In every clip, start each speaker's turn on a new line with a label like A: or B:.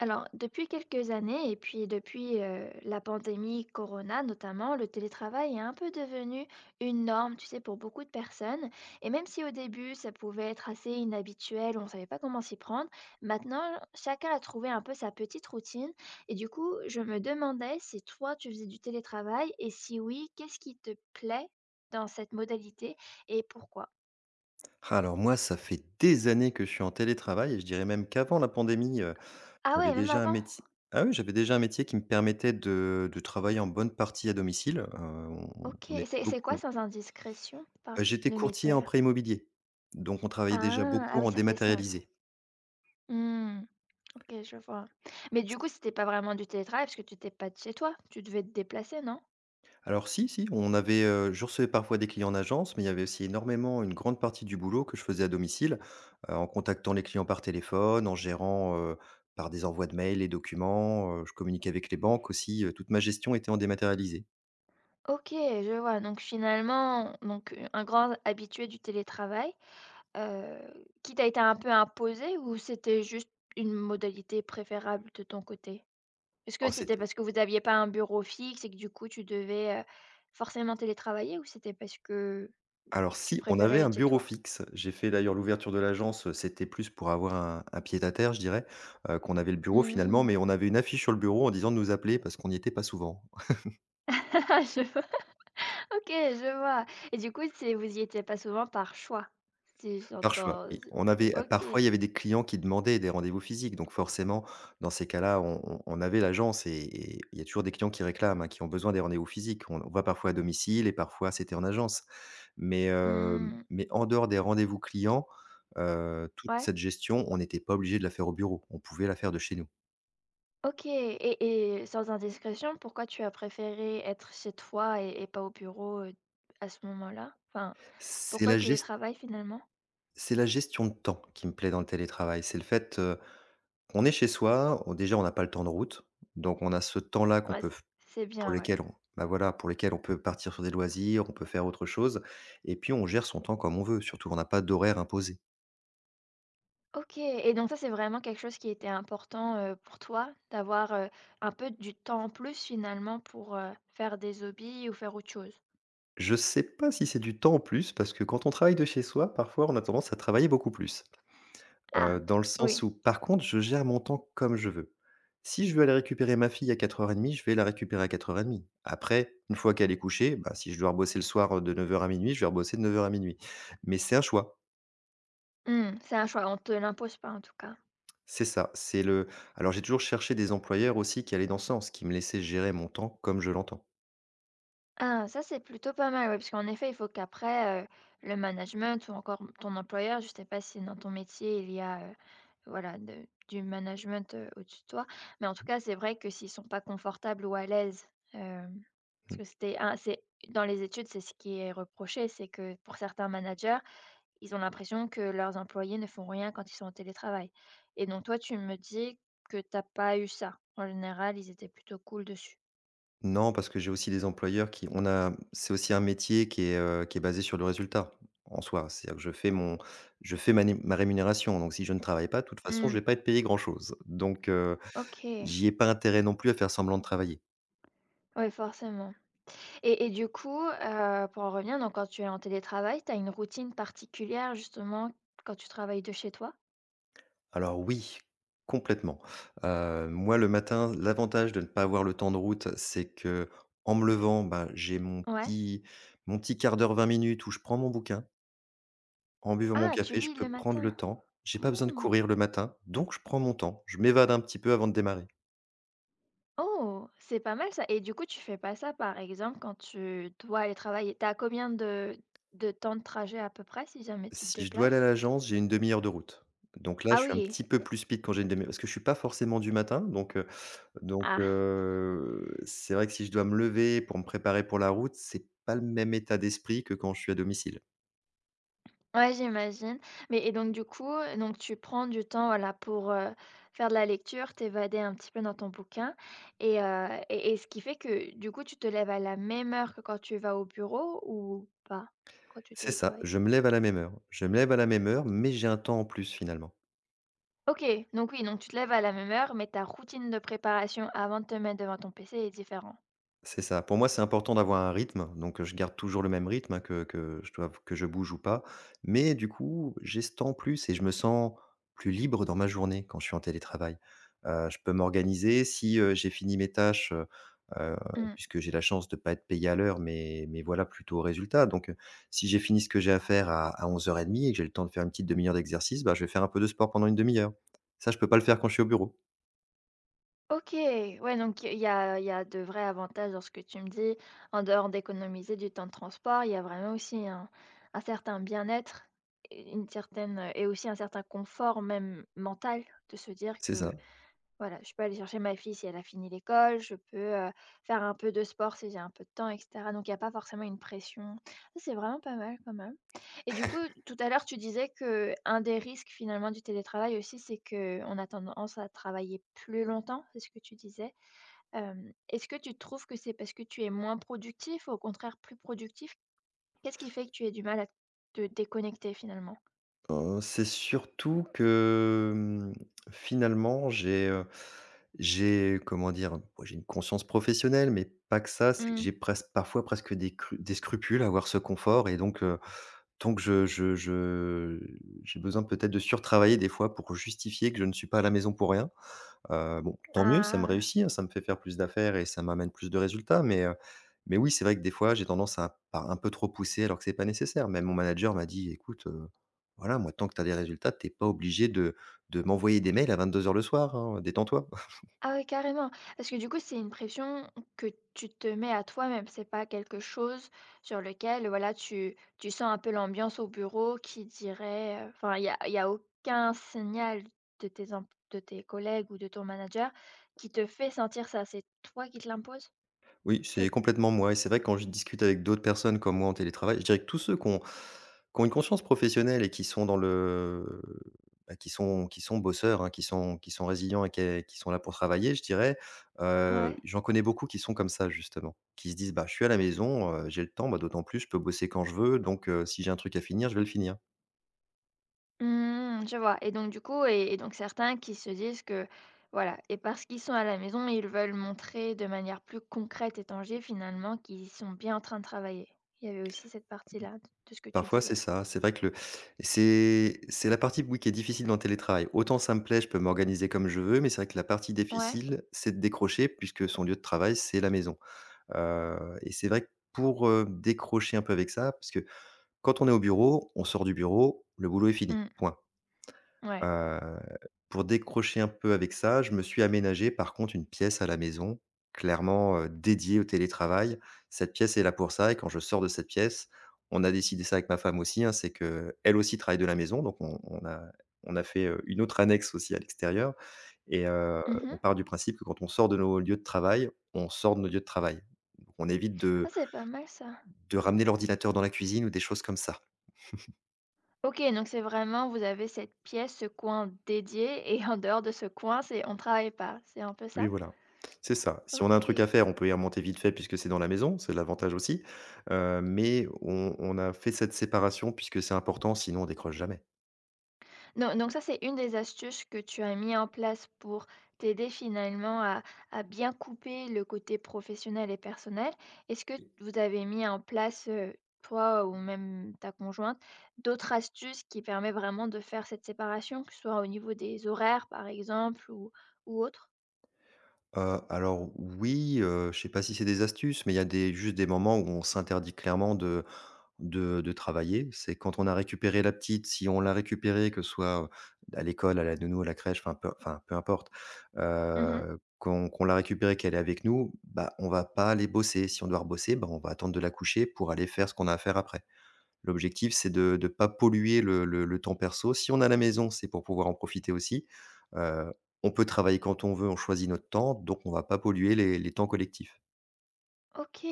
A: Alors, depuis quelques années, et puis depuis la pandémie Corona notamment, le télétravail est un peu devenu une norme, tu sais, pour beaucoup de personnes. Et même si au début, ça pouvait être assez inhabituel, on ne savait pas comment s'y prendre, maintenant, chacun a trouvé un peu sa petite routine. Et du coup, je me demandais si toi, tu faisais du télétravail, et si oui, qu'est-ce qui te plaît dans cette modalité et pourquoi?
B: Alors moi, ça fait des années que je suis en télétravail et je dirais même qu'avant la pandémie,
A: Ah
B: j'avais
A: ouais, même
B: déjà un
A: avant?
B: métier oui, j'avais déjà un métier qui me permettait de travailler en bonne partie à domicile.
A: Ok,
B: On était
A: c'est quoi
B: beaucoup,
A: sans indiscrétion? Enfin,
B: J'étais
A: le
B: courtier en
A: métier.
B: prêt immobilier, donc on travaillait déjà
A: Ah!
B: beaucoup
A: Ah oui,
B: en
A: ça fait sens.
B: dématérialisé.
A: Mmh. OK, je vois. Mais du coup, c'était pas vraiment du télétravail parce que tu étais pas de chez toi. Tu devais te déplacer, non?
B: Alors si, si, je recevais parfois des clients en agence, mais il y avait aussi énormément une grande partie du boulot que je faisais à domicile, en contactant les clients par téléphone, en gérant, par des envois de mails, les documents. Je communiquais avec les banques aussi. Toute ma gestion était en dématérialisé.
A: OK, je vois. Donc finalement, donc un grand habitué du télétravail, qui t'a été un peu imposé ou c'était juste une modalité préférable de ton côté? Est-ce que
B: Oh
A: c'était
B: c'était
A: parce que vous n'aviez pas un bureau fixe et que du coup tu devais, forcément télétravailler ou c'était parce que
B: Alors
A: tu
B: si, on avait
A: préférais
B: un
A: être chez
B: bureau
A: toi?
B: fixe. J'ai fait d'ailleurs l'ouverture de l'agence. C'était plus pour avoir un pied à terre, je dirais, qu'on avait le bureau finalement,
A: Mmh.
B: mais on avait une affiche sur le bureau en disant de nous appeler parce qu'on n'y était pas souvent.
A: Je vois. OK, je vois et du coup, c'est vous y étiez pas souvent par choix? Si
B: Par choix,
A: j'entends
B: oui.
A: si
B: On avait
A: OK.
B: parfois, il y avait des clients qui demandaient des rendez-vous physiques, donc forcément, dans ces cas-là, on avait l'agence, et il y a toujours des clients qui réclament, hein, qui ont besoin des rendez-vous physiques. On va parfois à domicile et parfois c'était en agence. Mais, hem,
A: Mmh.
B: mais en dehors des rendez-vous clients, toute
A: Ouais,
B: cette gestion, on n'était pas obligé de la faire au bureau. On pouvait la faire de chez nous.
A: OK et sans indiscrétion, pourquoi tu as préféré être chez toi et pas au bureau, à ce moment-là? Enfin,
B: C'est
A: pourquoi le
B: la gest
A: télétravail finalement?
B: c'est la gestion de temps qui me plaît dans le télétravail. C'est le fait, on est chez soi, on n'a pas le temps de route, donc on a ce temps-là qu'on
A: Ouais,
B: peut
A: c'est
B: Pour
A: bien, ouais.
B: lesquels on bah, voilà, pour lesquels on peut partir sur des loisirs, on peut faire autre chose, et puis on gère son temps comme on veut. Surtout, on n'a pas d'horaire imposé.
A: OK et donc ça, c'est vraiment quelque chose qui était important, pour toi d'avoir, un peu du temps en plus finalement pour, faire des hobbies ou faire autre chose?
B: Je sais pas si c'est du temps en plus parce que quand on travaille de chez soi, parfois on a tendance à travailler beaucoup plus.
A: Ah!
B: Dans le sens
A: Oui.
B: où, par contre, je gère mon temps comme je veux. Si je veux aller récupérer ma fille à 04:30, je vais la récupérer à 04:30. Après, une fois qu'elle est couchée, bah, si je dois rebosser le soir, de 9 heures à minuit, je vais rebosser de 9 heures à minuit. Mais c'est un choix.
A: Mmh, c'est un choix, on te l'impose pas en tout cas.
B: C'est ça. C'est le Alors, j'ai toujours cherché des employeurs aussi qui allaient dans ce sens, qui me laissaient gérer mon temps comme je l'entends.
A: Ah, ça c'est plutôt pas mal, oui, parce qu'en effet, il faut qu'après, le management ou encore ton employeur, je sais pas si dans ton métier il y a, voilà, de du management, au-dessus de toi. Mais en tout cas, c'est vrai que s'ils sont pas confortables ou à l'aise, hem, parce
B: Mmh.
A: que c'était un c'est dans les études, c'est ce qui est reproché, c'est que pour certains managers, ils ont l'impression que leurs employés ne font rien quand ils sont en télétravail. Et donc toi, tu me dis que t'as pas eu ça. En général, ils étaient plutôt cool dessus.
B: Non, parce que j'ai aussi des employeurs qui on a c'est aussi un métier qui est basé sur le résultat, en soi. C'est-à-dire que je fais ma rémunération, donc si je ne travaille pas, de toute façon, je
A: Mmh.
B: vais pas être payé grand chose. Donc,
A: OK.
B: j'y ai pas intérêt non plus à faire semblant de travailler.
A: Oui, forcément et du coup, pour en revenir, donc quand tu es en télétravail, tu as une routine particulière justement quand tu travailles de chez toi?
B: Alors oui, complètement. Moi, le matin, l'avantage de ne pas avoir le temps de route, c'est que en me levant, bah, j'ai mon
A: Ouais.
B: petit mon petit 1 d'heure, 20 minutes où je prends mon bouquin. En buvant mon
A: Ah, tu
B: café, je
A: lis
B: peux
A: le
B: prendre
A: matin?
B: le temps. J'ai pas besoin de
A: Mmh.
B: courir le matin, donc je prends mon temps. Je m'évade un petit peu avant de démarrer.
A: Oh! C'est pas mal ça et du coup, tu fais pas ça, par exemple, quand tu dois aller travailler? T'as combien de temps de trajet à peu près si jamais tu te
B: Si je dois aller à
A: déplaces?
B: l'agence, j'ai une demi heure de route. Donc là,
A: Ah
B: je suis un
A: oui.
B: petit peu plus speed quand j'ai une demi-heure parce que je suis pas forcément du matin.
A: Ah!
B: C'est vrai que si je dois me lever pour me préparer pour la route, c'est pas le même état d'esprit que quand je suis à domicile.
A: Ouais, j'imagine. Mais et donc du coup, donc tu prends du temps, voilà, pour, faire de la lecture, t'évader un petit peu dans ton bouquin et et ce qui fait que du coup, tu te lèves à la même heure que quand tu vas au bureau ou pas? Quand tu
B: C'est ça,
A: télétravailles?
B: je me lève à la même heure. Je me lève à la même heure, mais j'ai un temps en plus finalement.
A: OK, donc oui, donc tu te lèves à la même heure, mais ta routine de préparation avant de te mettre devant ton PC est différent.
B: C'est ça. Pour moi, c'est important d'avoir un rythme, donc je garde toujours le même rythme, hein, que je bouge ou pas. Mais du coup, j'estompe plus et je me sens plus libre dans ma journée quand je suis en télétravail. Je peux m'organiser si, j'ai fini mes tâches, heu,
A: Mmh.
B: puisque j'ai la chance de ne pas être payé à l'heure, mais voilà, plutôt au résultat, donc si j'ai fini ce que j'ai à faire à 11:30 et que j'ai le temps de faire une petite demi-heure d'exercice, bah, je vais faire un peu de sport pendant une demi-heure. Ça, je peux pas le faire quand je suis au bureau.
A: OK, ouais, donc il y a de vrais avantages dans ce que tu me dis. En dehors d'économiser du temps de transport, il y a vraiment aussi un certain bien-être et une certaine, et aussi un certain confort même mental de se dire
B: C'est ça.
A: que, voilà, je peux aller chercher ma fille si elle a fini l'école, je peux, faire un peu de sport si j'ai un peu de temps et cetera. Donc il y a pas forcément une pression. Ça, c'est vraiment pas mal quand même. Et du coup, tout à l'heure, tu disais que un des risques finalement du télétravail aussi, c'est qu'on a tendance à travailler plus longtemps, c'est ce que tu disais. Est-ce que tu trouves que c'est parce que tu es moins productif ou au contraire plus productif? Qu'est-ce qui fait que tu aies du mal à te déconnecter finalement?
B: C'est surtout que, finalement, j'ai comment dire? Ouais, j'ai une conscience professionnelle, mais pas que ça, c'est que
A: Mmh.
B: j'ai presque parfois presque des scrupules à avoir ce confort, et donc je j'ai besoin peut-être de surtravailler des fois pour justifier que je ne suis pas à la maison pour rien. Bon, tant mieux, ça me
A: Ah!
B: réussit, hein, ça me fait faire plus d'affaires et ça m'amène plus de résultats, mais oui, c'est vrai que des fois, j'ai tendance à un peu trop pousser alors que c'est pas nécessaire. Même mon manager m'a dit: «Écoute, voilà, moi, tant que tu as des résultats, t'es pas obligé de m'envoyer des mails à 22 heures le soir, hein, détends-toi».
A: Ah oui carrément. Parce que du coup, c'est une pression que tu te mets à toi-même. C'est pas quelque chose sur lequel, voilà, tu sens un peu l'ambiance au bureau qui dirait, enfin, il y a aucun signal de tes, de tes collègues ou de ton manager qui te fait sentir ça. C'est toi qui te l'impose?
B: Oui, c'est
A: C'est,
B: complètement moi, et c'est vrai que quand je discute avec d'autres personnes comme moi en télétravail, je dirais que tous ceux qui ont une conscience professionnelle et qui sont dans le bah, qui sont bosseurs, hein, qui sont résilients et qui sont là pour travailler, je dirais,
A: ouais.
B: j'en connais beaucoup qui sont comme ça justement, qui se disent: «Bah, je suis à la maison, j'ai le temps, bah, d'autant plus je peux bosser quand je veux, donc si j'ai un truc à finir, je vais le finir».
A: Mmh, je vois et donc du coup et donc certains qui se disent que, voilà et parce qu'ils sont à la maison, ils veulent montrer de manière plus concrète et tangible finalement qu'ils sont bien en train de travailler. Il y avait aussi cette partie-là d de ce que tu
B: Parfois, c'est
A: disais.
B: ça. C'est vrai que le c'est la partie, oui, qui est difficile dans le télétravail. Autant ça me plaît, je peux m'organiser comme je veux, mais c'est vrai que la partie
A: Ouais.
B: difficile, c'est de décrocher puisque son lieu de travail, c'est la maison. Et c'est vrai que pour, décrocher un peu avec ça, parce que quand on est au bureau, on sort du bureau, le boulot est fini,
A: Mmh,
B: point.
A: ouais.
B: Heu, pour décrocher un peu avec ça, je me suis aménagé par contre une pièce à la maison, clairement, dédiée au télétravail. Cette pièce est là pour ça, et quand je sors de cette pièce, on a décidé ça avec ma femme aussi, hein, c'est qu'elle aussi travaille de la maison, donc on a fait, une autre annexe aussi à l'extérieur, et on
A: Mmh.
B: part du principe que quand on sort de nos lieux de travail, on sort de nos lieux de travail. Donc on évite
A: Ah,
B: de
A: c'est pas mal ça.
B: de ramener l'ordinateur dans la cuisine ou des choses comme ça.
A: OK, donc c'est vraiment vous avez cette pièce, ce coin dédié et en dehors de ce coin, c'est on travaille pas, c'est un peu
B: Oui,
A: ça?
B: voilà, c'est ça. Si on a un truc à
A: OK.
B: faire, on peut y remonter vite fait puisque c'est dans la maison, c'est l'avantage aussi, mais on a fait cette séparation puisque c'est important, sinon on décroche jamais.
A: Non, donc ça, c'est une des astuces que tu as mis en place pour t'aider finalement à bien couper le côté professionnel et personnel. Est-ce que vous avez mis en place, toi ou même ta conjointe, d'autres astuces qui permettent vraiment de faire cette séparation, que ce soit au niveau des horaires, par exemple, ou autre?
B: Alors oui, je sais pas si c'est des astuces, mais il y a des juste des moments où on s'interdit clairement de travailler. C'est quand on a récupéré la petite, si on l'a récupérée, que ce soit, à l'école, à la nounou, à la crèche, enfin, peu enfin peu importe, qu'on l'a récupérée, qu'elle est avec nous, bah, on va pas aller bosser. Si on doit rebosser, bah, on va attendre de la coucher pour aller faire ce qu'on a à faire après. L'objectif, c'est de ne pas polluer le temps perso. Si on a la maison, c'est pour pouvoir en profiter aussi. Heu, on peut travailler quand on veut, on choisit notre temps, donc on va pas polluer les temps collectifs.
A: OK.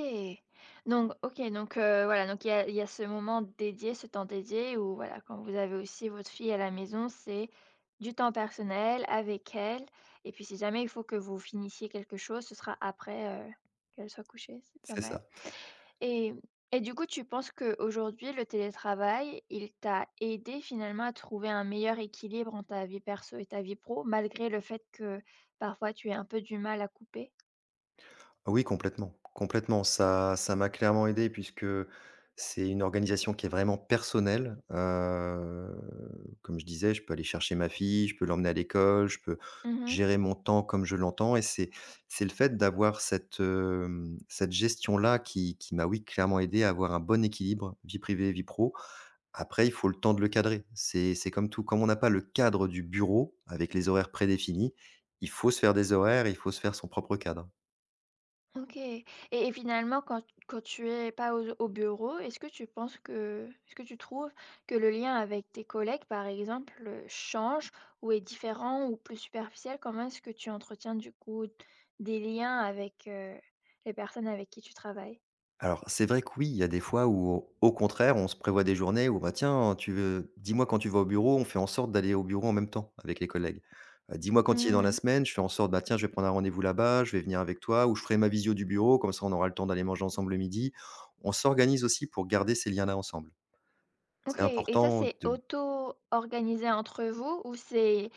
A: Donc OK, donc voilà, donc il y a ce moment dédié, ce temps dédié où voilà, quand vous avez aussi votre fille à la maison, c'est du temps personnel avec elle et puis si jamais il faut que vous finissiez quelque chose, ce sera après, qu'elle soit couchée, c'est pas
B: C'est
A: mal
B: ça.
A: et du coup, tu penses qu'aujourd'hui, le télétravail, il t'a aidé finalement à trouver un meilleur équilibre entre ta vie perso et ta vie pro, malgré le fait que parfois tu aies un peu du mal à couper?
B: Oui, complètement, complètement. Ça m'a clairement aidé puisque c'est une organisation qui est vraiment personnelle. Comme je disais, je peux aller chercher ma fille, je peux l'emmener à l'école, je peux
A: Mmh.
B: gérer mon temps comme je l'entends, et c'est le fait d'avoir cette, cette gestion-là qui m'a, oui, clairement aidé à avoir un bon équilibre vie privée, vie pro. Après, il faut le temps de le cadrer. C'est comme tout. Comme on n'a pas le cadre du bureau avec les horaires prédéfinis, il faut se faire son propre cadre.
A: OK et finalement quand tu es pas au bureau, est-ce que tu trouves que le lien avec tes collègues, par exemple, change ou est différent ou plus superficiel? Comment est-ce que tu entretiens, du coup, des liens avec, les personnes avec qui tu travailles?
B: Alors, c'est vrai que oui, il y a des fois où, au contraire, on se prévoit des journées où, bah, tiens, tu veux, dis-moi quand tu vas au bureau, on fait en sorte d'aller au bureau en même temps avec les collègues. Dis-moi quand il est dans la
A: Mmh.
B: semaine, je fais en sorte, bah, tiens, je vais prendre un rendez-vous là-bas, je vais venir avec toi, ou je ferai ma visio du bureau, comme ça on aura le temps d'aller manger ensemble le midi. On s'organise aussi pour garder ces liens-là ensemble. C'est
A: OK et ça,
B: important
A: c'est
B: de
A: auto-organisé entre vous ou c'est,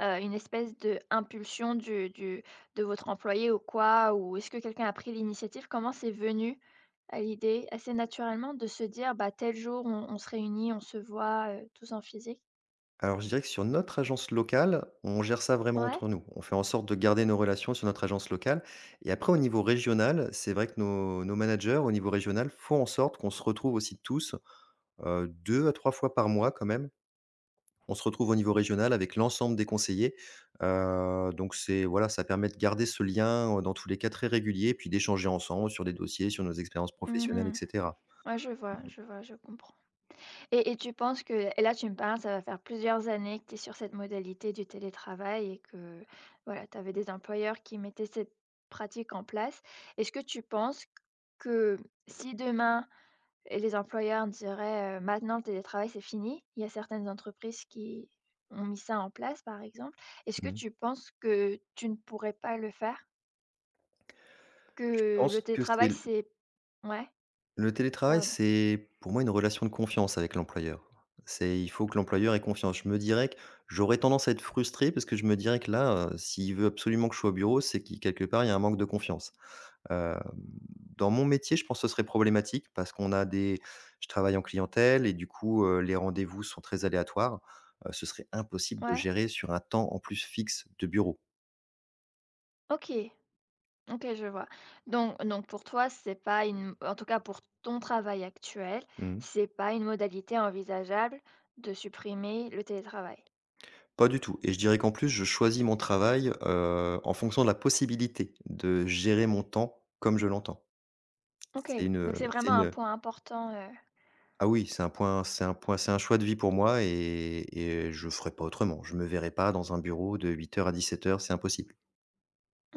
A: une espèce d'impulsion du de votre employé ou quoi? Ou est-ce que quelqu'un a pris l'initiative? Comment c'est venu, à l'idée, assez naturellement de se dire: «Bah, tel jour, on se réunit, on se voit, tous en physique»?
B: Alors, je dirais que sur notre agence locale, on gère ça vraiment
A: Ouais?
B: entre nous. On fait en sorte de garder nos relations sur notre agence locale. Et après, au niveau régional, c'est vrai que nos managers, au niveau régional, font en sorte qu'on se retrouve aussi tous, deux à trois fois par mois quand même. On se retrouve au niveau régional avec l'ensemble des conseillers. Donc, c'est, voilà, ça permet de garder ce lien, dans tous les cas très régulier, puis d'échanger ensemble sur des dossiers, sur nos expériences professionnelles,
A: Mmh.
B: etc.
A: Ouais, je vois, je vois, je comprends. Et tu penses que et là, tu me parles, ça va faire plusieurs années que tu es sur cette modalité du télétravail et que, voilà, tu avais des employeurs qui mettaient cette pratique en place. Est-ce que tu penses que si demain, et les employeurs diraient, «Maintenant, le télétravail, c'est fini», il y a certaines entreprises qui ont mis ça en place, par exemple. Est-ce que
B: Mhm.
A: tu penses que tu ne pourrais pas le faire?
B: Je
A: Que
B: pense
A: le
B: que c'est
A: télétravail, c'est ouais,
B: Le télétravail,
A: pardon.
B: c'est pour moi une relation de confiance avec l'employeur. C'est Il faut que l'employeur ait confiance. Je me dirais que j'aurais tendance à être frustré parce que je me dirais que là, s'il veut absolument que je sois au bureau, c'est qu'il quelque part, il y a un manque de confiance. Heu, Dans mon métier, je pense que ce serait problématique parce qu'on a des je travaille en clientèle, et du coup, les rendez-vous sont très aléatoires. Ce serait impossible de
A: Ouais,
B: gérer sur un temps en plus fixe de bureau.
A: OK. OK, je vois. Donc pour toi, c'est pas une en tout cas pour ton travail actuel,
B: Mmh.
A: c'est pas une modalité envisageable de supprimer le télétravail?
B: Pas du tout, et je dirais qu'en plus je choisis mon travail, en fonction de la possibilité de gérer mon temps comme je l'entends.
A: OK,
B: C'est une,
A: donc c'est
B: c'est
A: vraiment un
B: une,
A: point important,
B: ah oui, c'est un choix de vie pour moi, et je ferai pas autrement. Je me verrai pas dans un bureau de 8 heures à 17 heures. C'est impossible.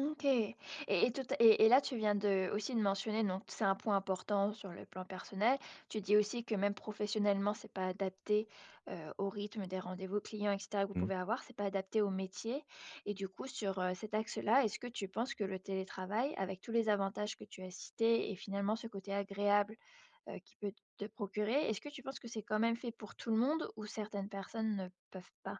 A: OK. Et et là, tu viens de aussi de mentionner, donc c'est un point important sur le plan personnel. Tu dis aussi que même professionnellement, c'est pas adapté, au rythme des rendez-vous clients et cetera que vous
B: Mmh.
A: pouvez avoir, c'est pas adapté au métier et du coup sur, cet axe-là, est-ce que tu penses que le télétravail, avec tous les avantages que tu as cités et finalement ce côté agréable, qu'il peut te procurer, est-ce que tu penses que c'est quand même fait pour tout le monde ou certaines personnes ne peuvent pas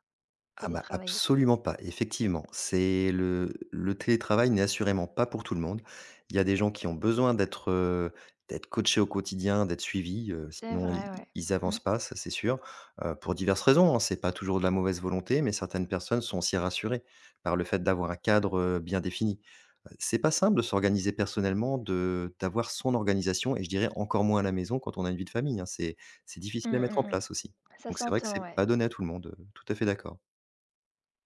B: Ah bah,
A: télétravailler?
B: absolument pas, effectivement. C'est le télétravail n'est assurément pas pour tout le monde. Il y a des gens qui ont besoin d'être, d'être coachés au quotidien, d'être suivis,
A: C'est
B: sinon i
A: vrai, ouais.
B: ils avancent
A: Mmh.
B: pas, ça c'est sûr, pour diverses raisons, hein. C'est pas toujours de la mauvaise volonté, mais certaines personnes sont aussi rassurées par le fait d'avoir un cadre, bien défini. C'est pas simple de s'organiser personnellement, de d'avoir son organisation, et je dirais encore moins à la maison quand on a une vie de famille, hein. C'est
A: Mmh,
B: difficile à mettre en
A: mmh mh.
B: place aussi.
A: Ça
B: Donc c'est vrai que
A: s'entend,
B: c'est
A: ouais.
B: pas donné à tout le monde, tout à fait d'accord.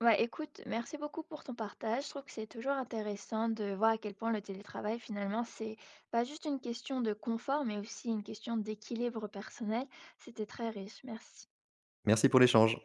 A: Ouais, écoute, merci beaucoup pour ton partage. Je trouve que c'est toujours intéressant de voir à quel point le télétravail, finalement, c'est pas juste une question de confort, mais aussi une question d'équilibre personnel. C'était très riche. Merci.
B: Merci pour l'échange.